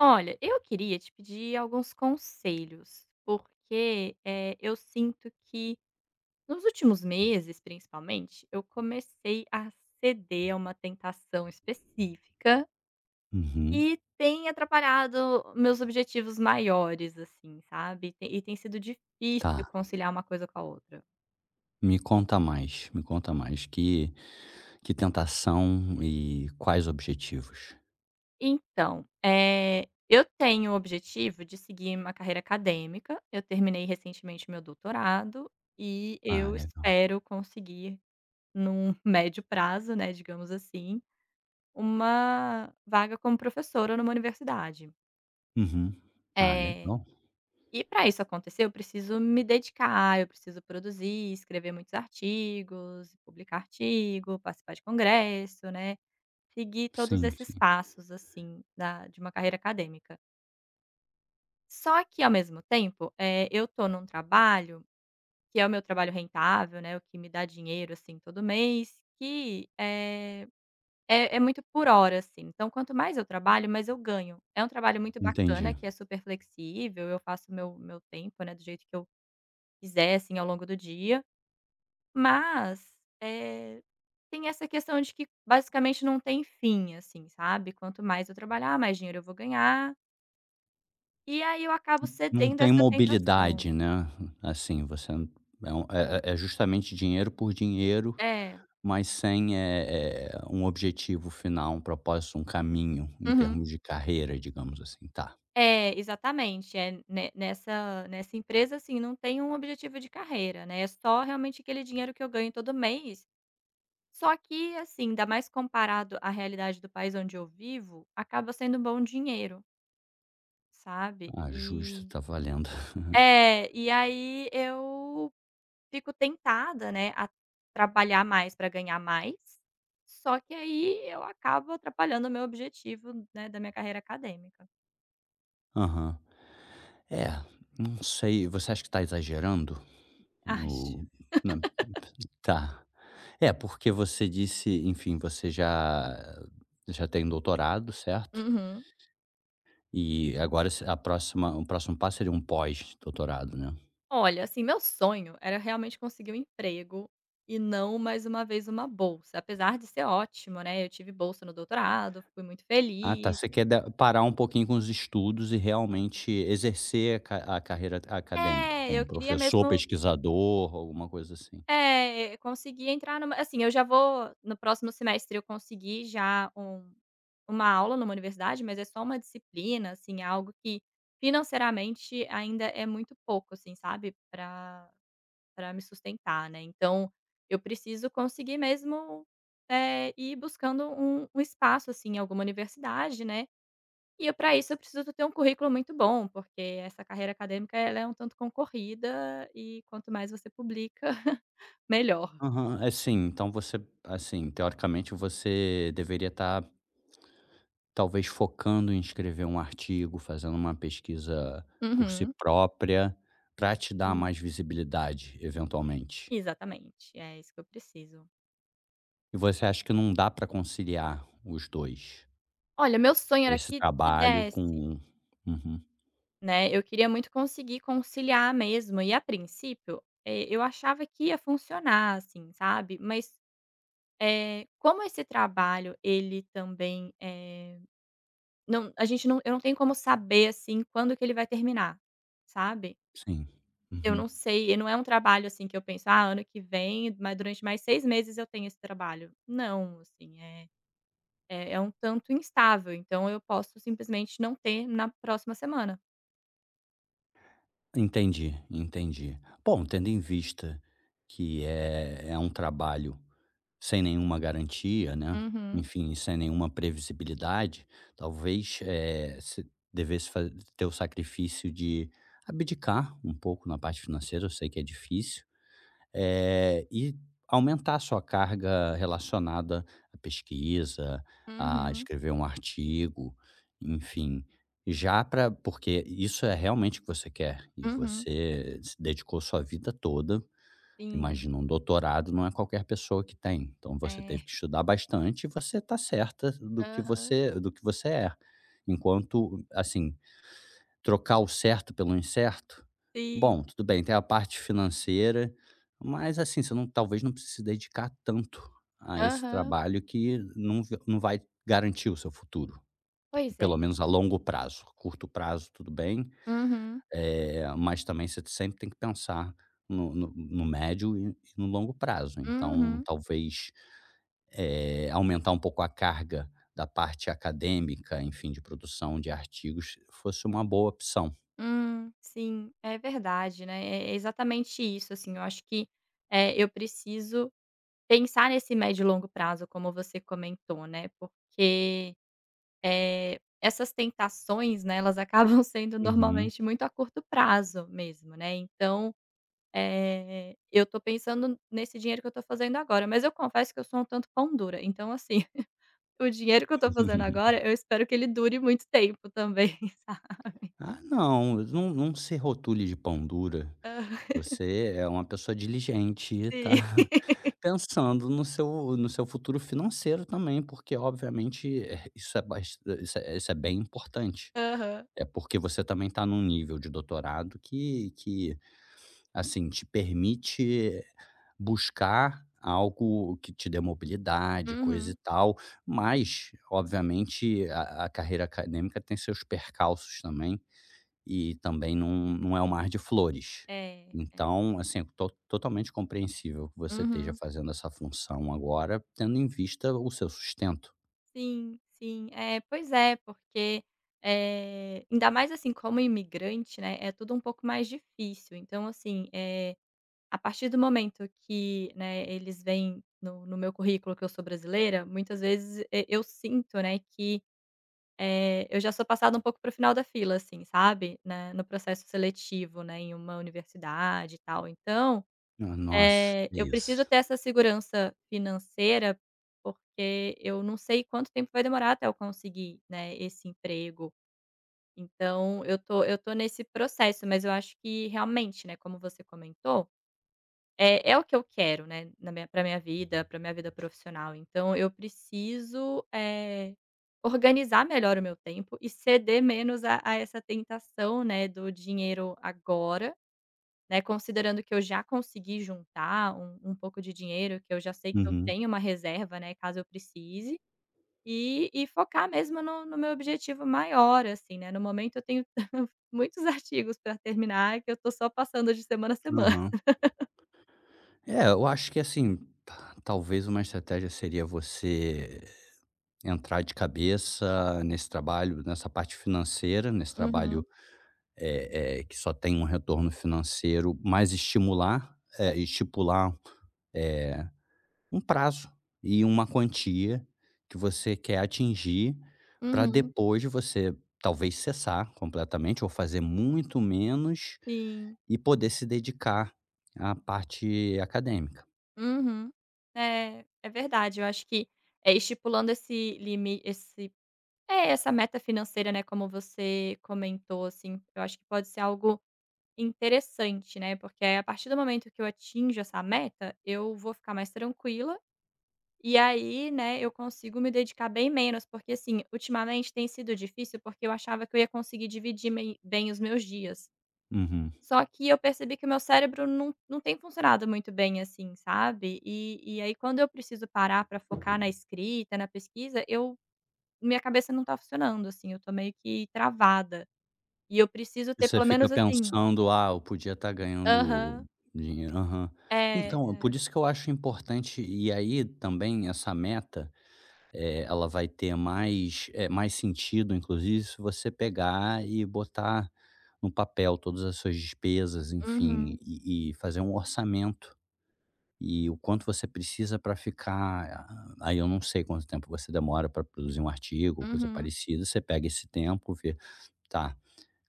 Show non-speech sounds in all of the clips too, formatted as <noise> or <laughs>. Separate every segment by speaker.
Speaker 1: Olha, eu queria te pedir alguns conselhos porque, eu sinto que nos últimos meses, principalmente, eu comecei a ceder a uma tentação específica
Speaker 2: Uhum.
Speaker 1: e tem atrapalhado meus objetivos maiores, assim, sabe, e tem sido
Speaker 2: Tá,
Speaker 1: difícil conciliar uma coisa com a outra.
Speaker 2: me conta mais, me conta mais. Que tentação e quais objetivos?
Speaker 1: Então, eu tenho o objetivo de seguir uma carreira acadêmica, eu terminei recentemente meu doutorado e
Speaker 2: Ah,
Speaker 1: eu
Speaker 2: legal.
Speaker 1: espero conseguir num <laughs> médio prazo, né, digamos assim, uma vaga como professora numa universidade.
Speaker 2: Uhum. Ah,
Speaker 1: Eh,
Speaker 2: legal.
Speaker 1: e para isso acontecer eu preciso me dedicar, eu preciso produzir, escrever muitos artigos, publicar artigo, participar de congresso, né, seguir todos
Speaker 2: Sim,
Speaker 1: esses
Speaker 2: sim.
Speaker 1: passos, assim, da de uma carreira acadêmica. Só que ao mesmo tempo, eu estou num trabalho que é o meu trabalho rentável, né, o que me dá dinheiro, assim, todo mês, que, é muito por hora, assim, então quanto mais eu trabalho, mais eu ganho. É um trabalho muito bacana
Speaker 2: Entendi.
Speaker 1: que é super flexível, eu faço meu tempo, né, do jeito que eu quiser, assim, ao longo do dia, mas, eh, tem essa questão de que basicamente não tem fim, assim, sabe. Quanto mais eu trabalhar, mais dinheiro eu vou ganhar, e aí eu acabo
Speaker 2: Não
Speaker 1: cedendo a
Speaker 2: tem
Speaker 1: essa tentação.
Speaker 2: mobilidade, né, assim, é um é é é justamente dinheiro por dinheiro,
Speaker 1: É.
Speaker 2: mas sem, um objetivo final, um propósito, um caminho em
Speaker 1: Uhum.
Speaker 2: termos de carreira, digamos assim. Tá.
Speaker 1: É, exatamente, é ne nessa nessa empresa, assim, não tem um objetivo de carreira, né, é só realmente aquele dinheiro que eu ganho todo mês. Só que, assim, ainda mais comparado à realidade do país onde eu vivo, acaba sendo um bom dinheiro, sabe.
Speaker 2: Ah, justo,
Speaker 1: E
Speaker 2: tá valendo. <laughs>
Speaker 1: é, e aí eu fico tentada, né, a trabalhar mais para ganhar mais, só que aí eu acabo atrapalhando o meu objetivo, né, da minha carreira acadêmica.
Speaker 2: Aham. É, não sei, você acha que está exagerando
Speaker 1: <laughs> Acho.
Speaker 2: no na tá. É, porque você disse, enfim, você já tem doutorado, certo?
Speaker 1: Uhum.
Speaker 2: E agora se a próxima o próximo passo seria um pós-doutorado, né?
Speaker 1: Olha, assim, meu sonho era realmente conseguir um emprego e não mais uma vez uma bolsa, apesar de ser ótimo, né, eu tive bolsa no doutorado, fui muito
Speaker 2: Ah, tá,
Speaker 1: feliz.
Speaker 2: você quer da parar um pouquinho com os estudos e realmente exercer a ca a carreira acadêmica
Speaker 1: É, eu
Speaker 2: como
Speaker 1: queria
Speaker 2: professor,
Speaker 1: mesmo
Speaker 2: pesquisador, alguma coisa assim.
Speaker 1: é, conseguir entrar numa, assim, eu já vou, no próximo semestre eu consegui já uma aula numa universidade, mas é só uma disciplina, assim, é algo que financeiramente ainda é muito pouco, assim, sabe, pra me sustentar, né. Então eu preciso conseguir mesmo, ir buscando um espaço, assim, em alguma universidade, né. E para isso eu preciso ter um currículo muito bom, porque essa carreira acadêmica ela é um tanto concorrida e quanto mais você publica, <laughs> melhor.
Speaker 2: Aham, é sim, então você, assim, teoricamente você deveria estar talvez focando em escrever um artigo, fazendo uma pesquisa por si
Speaker 1: Uhum.
Speaker 2: própria, para te dar
Speaker 1: Sim.
Speaker 2: mais visibilidade, eventualmente.
Speaker 1: Exatamente, é isso que eu preciso.
Speaker 2: E você acha que não dá para conciliar os 2,
Speaker 1: Olha, meu sonho era
Speaker 2: esse
Speaker 1: que
Speaker 2: trabalho
Speaker 1: desse,
Speaker 2: com, uhum,
Speaker 1: né, eu queria muito conseguir conciliar mesmo e, a princípio, eu achava que ia funcionar, assim, sabe, mas, como esse trabalho ele também, eh, não a gente não eu não tenho como saber, assim, quando que ele vai terminar, sabe?
Speaker 2: sim.
Speaker 1: Eu
Speaker 2: Uhum.
Speaker 1: não sei, e não é um trabalho, assim, que eu penso: "Ah, ano que vem, mas durante mais 6 meses eu tenho esse trabalho". Não, assim, é um tanto instável, então eu posso simplesmente não ter na próxima semana.
Speaker 2: Entendi, entendi. Bom, tendo em vista que é um trabalho sem nenhuma garantia, né,
Speaker 1: Uhum,
Speaker 2: enfim, sem nenhuma previsibilidade, talvez, se devesse fa ter o sacrifício de abdicar um pouco na parte financeira, eu sei que é difícil, eh, e aumentar a sua carga relacionada à pesquisa, a
Speaker 1: uhum,
Speaker 2: escrever um artigo, enfim, já para, porque isso é realmente o que você quer e
Speaker 1: uhum.
Speaker 2: você se dedicou sua vida toda.
Speaker 1: Sim,
Speaker 2: Imagina, um doutorado não é qualquer pessoa que tem, então você teve
Speaker 1: é.
Speaker 2: que estudar bastante e você está certa do que
Speaker 1: Aham.
Speaker 2: você é. Enquanto, assim, trocar o certo pelo incerto, bom,
Speaker 1: Sim.
Speaker 2: tudo bem, tem a parte financeira, mas assim, você não talvez não precise dedicar tanto a esse
Speaker 1: Aham.
Speaker 2: trabalho que não vai garantir o seu futuro,
Speaker 1: Pois é.
Speaker 2: pelo menos a longo prazo. Curto prazo, tudo bem,
Speaker 1: Uhum,
Speaker 2: mas também você sempre tem que pensar no médio e no longo prazo. Então,
Speaker 1: uhum.
Speaker 2: talvez, aumentar um pouco a carga da parte acadêmica, enfim, de produção de artigos, fosse uma boa opção.
Speaker 1: Sim, é verdade, né, é é exatamente isso, assim, eu acho que, é, eu preciso pensar nesse médio e longo prazo, como você comentou, né, porque, essas tentações, né, elas acabam <laughs> sendo
Speaker 2: Uhum.
Speaker 1: normalmente muito a curto prazo mesmo, né, então, eu estou pensando nesse dinheiro que eu estou fazendo agora, mas eu confesso que eu sou um tanto pão dura, então assim, <laughs> o dinheiro que eu estou fazendo agora,
Speaker 2: <laughs>
Speaker 1: eu espero que ele dure muito tempo também, <laughs> sabe.
Speaker 2: Ah, não, não se rotule de pão dura.
Speaker 1: Aham.
Speaker 2: Você é uma pessoa diligente e tá
Speaker 1: Sim.
Speaker 2: <laughs> pensando no seu futuro financeiro também, porque obviamente, isso é bast isso é bem importante.
Speaker 1: Aham.
Speaker 2: É porque você também está num nível de doutorado que, assim, te permite buscar algo que te dê mobilidade, coisa e
Speaker 1: Uhum.
Speaker 2: tal, mas, obviamente, a carreira acadêmica tem seus percalços também, e também não é um mar de flores.
Speaker 1: É, é.
Speaker 2: Então, assim, é to totalmente compreensível que você esteja
Speaker 1: Uhum.
Speaker 2: fazendo essa função agora, tendo em vista o seu sustento.
Speaker 1: Sim, sim. É, pois é, porque, ainda mais, assim, como imigrante, né, é tudo um pouco mais difícil. Então, assim, é a partir do momento que, né, eles veem no meu currículo que eu sou brasileira, muitas vezes e eu sinto, né, que, eu já sou passada um pouco para o final da fila, assim, sabe, né, no processo seletivo, né, em uma universidade e tal. Então
Speaker 2: Ah, nossa, é
Speaker 1: eu preciso
Speaker 2: isso.
Speaker 1: ter essa segurança financeira, porque eu não sei quanto tempo vai demorar até eu conseguir, né, esse emprego. Então eu tô nesse processo, mas eu acho que realmente, né, como você comentou, é é o que eu quero, né, na minha vida, pra minha vida profissional. Então eu preciso, organizar melhor o meu tempo e ceder menos a essa tentação, né, do dinheiro agora, né, considerando que eu já consegui juntar um pouco de dinheiro, que eu já sei que eu
Speaker 2: Uhum.
Speaker 1: tenho uma reserva, né, caso eu precise, e focar mesmo no meu objetivo maior, assim, né. No momento eu tenho <laughs> muitos artigos para terminar, que eu tô só passando de semana a semana.
Speaker 2: Aham. É, eu acho que assim, ta talvez uma estratégia seria você entrar de cabeça nesse trabalho, nessa parte financeira, nesse trabalho,
Speaker 1: Uhum,
Speaker 2: que só tem um retorno financeiro, mas estipular, eh, um prazo e uma quantia que você quer atingir, para
Speaker 1: uhum,
Speaker 2: depois você talvez cessar completamente ou fazer muito menos
Speaker 1: sim,
Speaker 2: e poder se dedicar à parte acadêmica.
Speaker 1: uhum. É, é verdade, eu acho que, estipulando esse limite, esse, é, essa meta financeira, né, como você comentou, assim, eu acho que pode ser algo interessante, né, porque aí a partir do momento que eu atinjo essa meta, eu vou ficar mais tranquila, e aí, né, eu consigo me dedicar bem menos, porque assim, ultimamente tem sido difícil, porque eu achava que eu ia conseguir dividir mei bem os meus dias.
Speaker 2: Uhum.
Speaker 1: Só que eu percebi que o meu cérebro não tem funcionado muito bem assim, sabe. E aí quando eu preciso parar para focar na escrita, na pesquisa, eu minha cabeça não tá funcionando, assim, eu tô meio que travada. E eu preciso
Speaker 2: E
Speaker 1: ter
Speaker 2: você
Speaker 1: pelo
Speaker 2: fica
Speaker 1: menos assim.
Speaker 2: pensando: "Ah, eu podia estar ganhando
Speaker 1: Aham.
Speaker 2: dinheiro". Aham.
Speaker 1: É.
Speaker 2: Então, por isso que eu acho importante, e aí também essa meta, ela vai ter mais, mais sentido, inclusive, se você pegar e botar no papel todas as suas despesas, enfim,
Speaker 1: Uhum,
Speaker 2: e fazer um orçamento. E o quanto você precisa para ficar, ah, aí eu não sei quanto tempo você demora para produzir um artigo, coisa
Speaker 1: uhum,
Speaker 2: parecida, você pega esse tempo, vê: "Tá,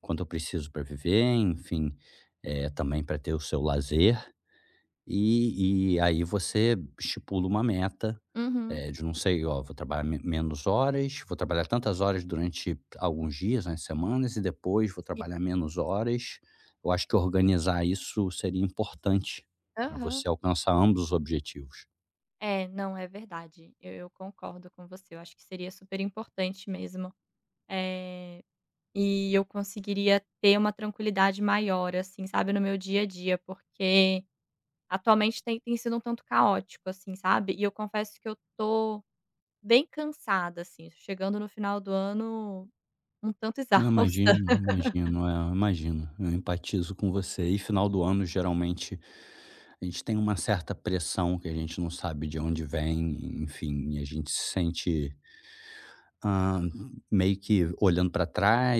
Speaker 2: quanto eu preciso para viver, enfim, também para ter o seu lazer". E aí você estipula uma meta,
Speaker 1: uhum,
Speaker 2: de não sei, ó, vou trabalhar me menos horas, vou trabalhar tantas horas durante alguns dias, né, semanas, e depois vou
Speaker 1: sim,
Speaker 2: trabalhar menos horas. Eu acho que organizar isso seria importante para
Speaker 1: aham.
Speaker 2: você alcançar ambos os objetivos.
Speaker 1: É, não, é verdade. Eu concordo com você, eu acho que seria super importante mesmo, é, e eu conseguiria ter uma tranquilidade maior, assim, sabe, no meu dia a dia, porque atualmente tem sido um tanto caótico, assim, sabe, e eu confesso que eu tô bem cansada, assim, chegando no final do ano um tanto
Speaker 2: Eu
Speaker 1: exausta.
Speaker 2: imagino, imagino, é, eu imagino. Eu empatizo com você. E final do ano, geralmente, a gente tem uma certa pressão que a gente não sabe de onde vem, enfim, e a gente se sente, ah, meio que olhando para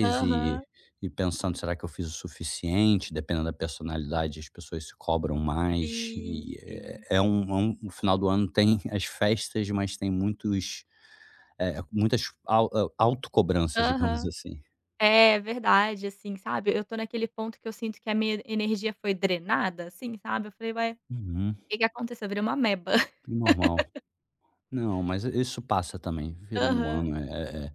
Speaker 1: <laughs> Aham,
Speaker 2: e pensando, será que eu fiz o suficiente? Dependendo da personalidade, as pessoas se cobram mais.
Speaker 1: sim,
Speaker 2: E
Speaker 1: sim.
Speaker 2: é, é um- o final do ano tem <laughs> as festas, mas tem muitos, é, autocobranças, digamos
Speaker 1: Aham.
Speaker 2: assim.
Speaker 1: É verdade, assim, sabe, eu tô naquele ponto que eu sinto que a minha energia foi drenada, assim, sabe, eu falei: "Ué, o
Speaker 2: Uhum,
Speaker 1: que que aconteceu? Eu virei uma ameba".
Speaker 2: normal. Não, mas isso passa também, virando o
Speaker 1: Aham.
Speaker 2: ano, é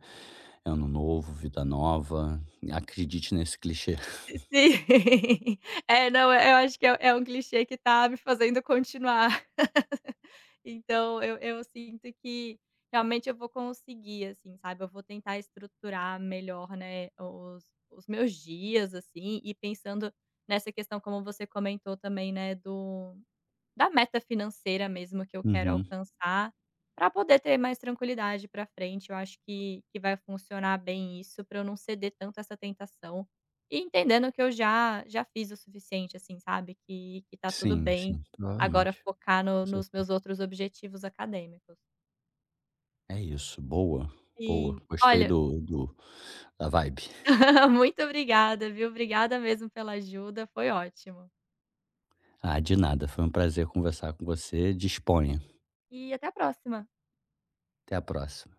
Speaker 2: é ano novo, vida nova, acredite nesse clichê. <laughs>
Speaker 1: Sim. <laughs> É, não, é, eu acho que é é um clichê que tá me fazendo continuar. <laughs> Então eu sinto que realmente eu vou conseguir, assim, sabe, eu vou tentar estruturar melhor, né, os meus dias, assim, e pensando nessa questão como você comentou também, né, do da meta financeira mesmo que eu quero
Speaker 2: Uhum.
Speaker 1: alcançar, para poder ter mais tranquilidade para frente. Eu acho que vai funcionar bem isso, para eu não ceder tanto a essa tentação, e entendendo que eu já fiz o suficiente, assim, sabe, que tá tudo
Speaker 2: Sim,
Speaker 1: bem
Speaker 2: sim,
Speaker 1: agora
Speaker 2: provavelmente.
Speaker 1: focar no
Speaker 2: Você
Speaker 1: nos meus outros objetivos acadêmicos.
Speaker 2: é isso, boa,
Speaker 1: Sim.
Speaker 2: gostei
Speaker 1: Olha,
Speaker 2: do da vibe.
Speaker 1: <laughs> muito obrigada, viu. Obrigada mesmo pela ajuda, foi ótimo.
Speaker 2: Ah, de nada, foi um prazer conversar com você, disponha.
Speaker 1: E até a próxima.
Speaker 2: Até a próxima.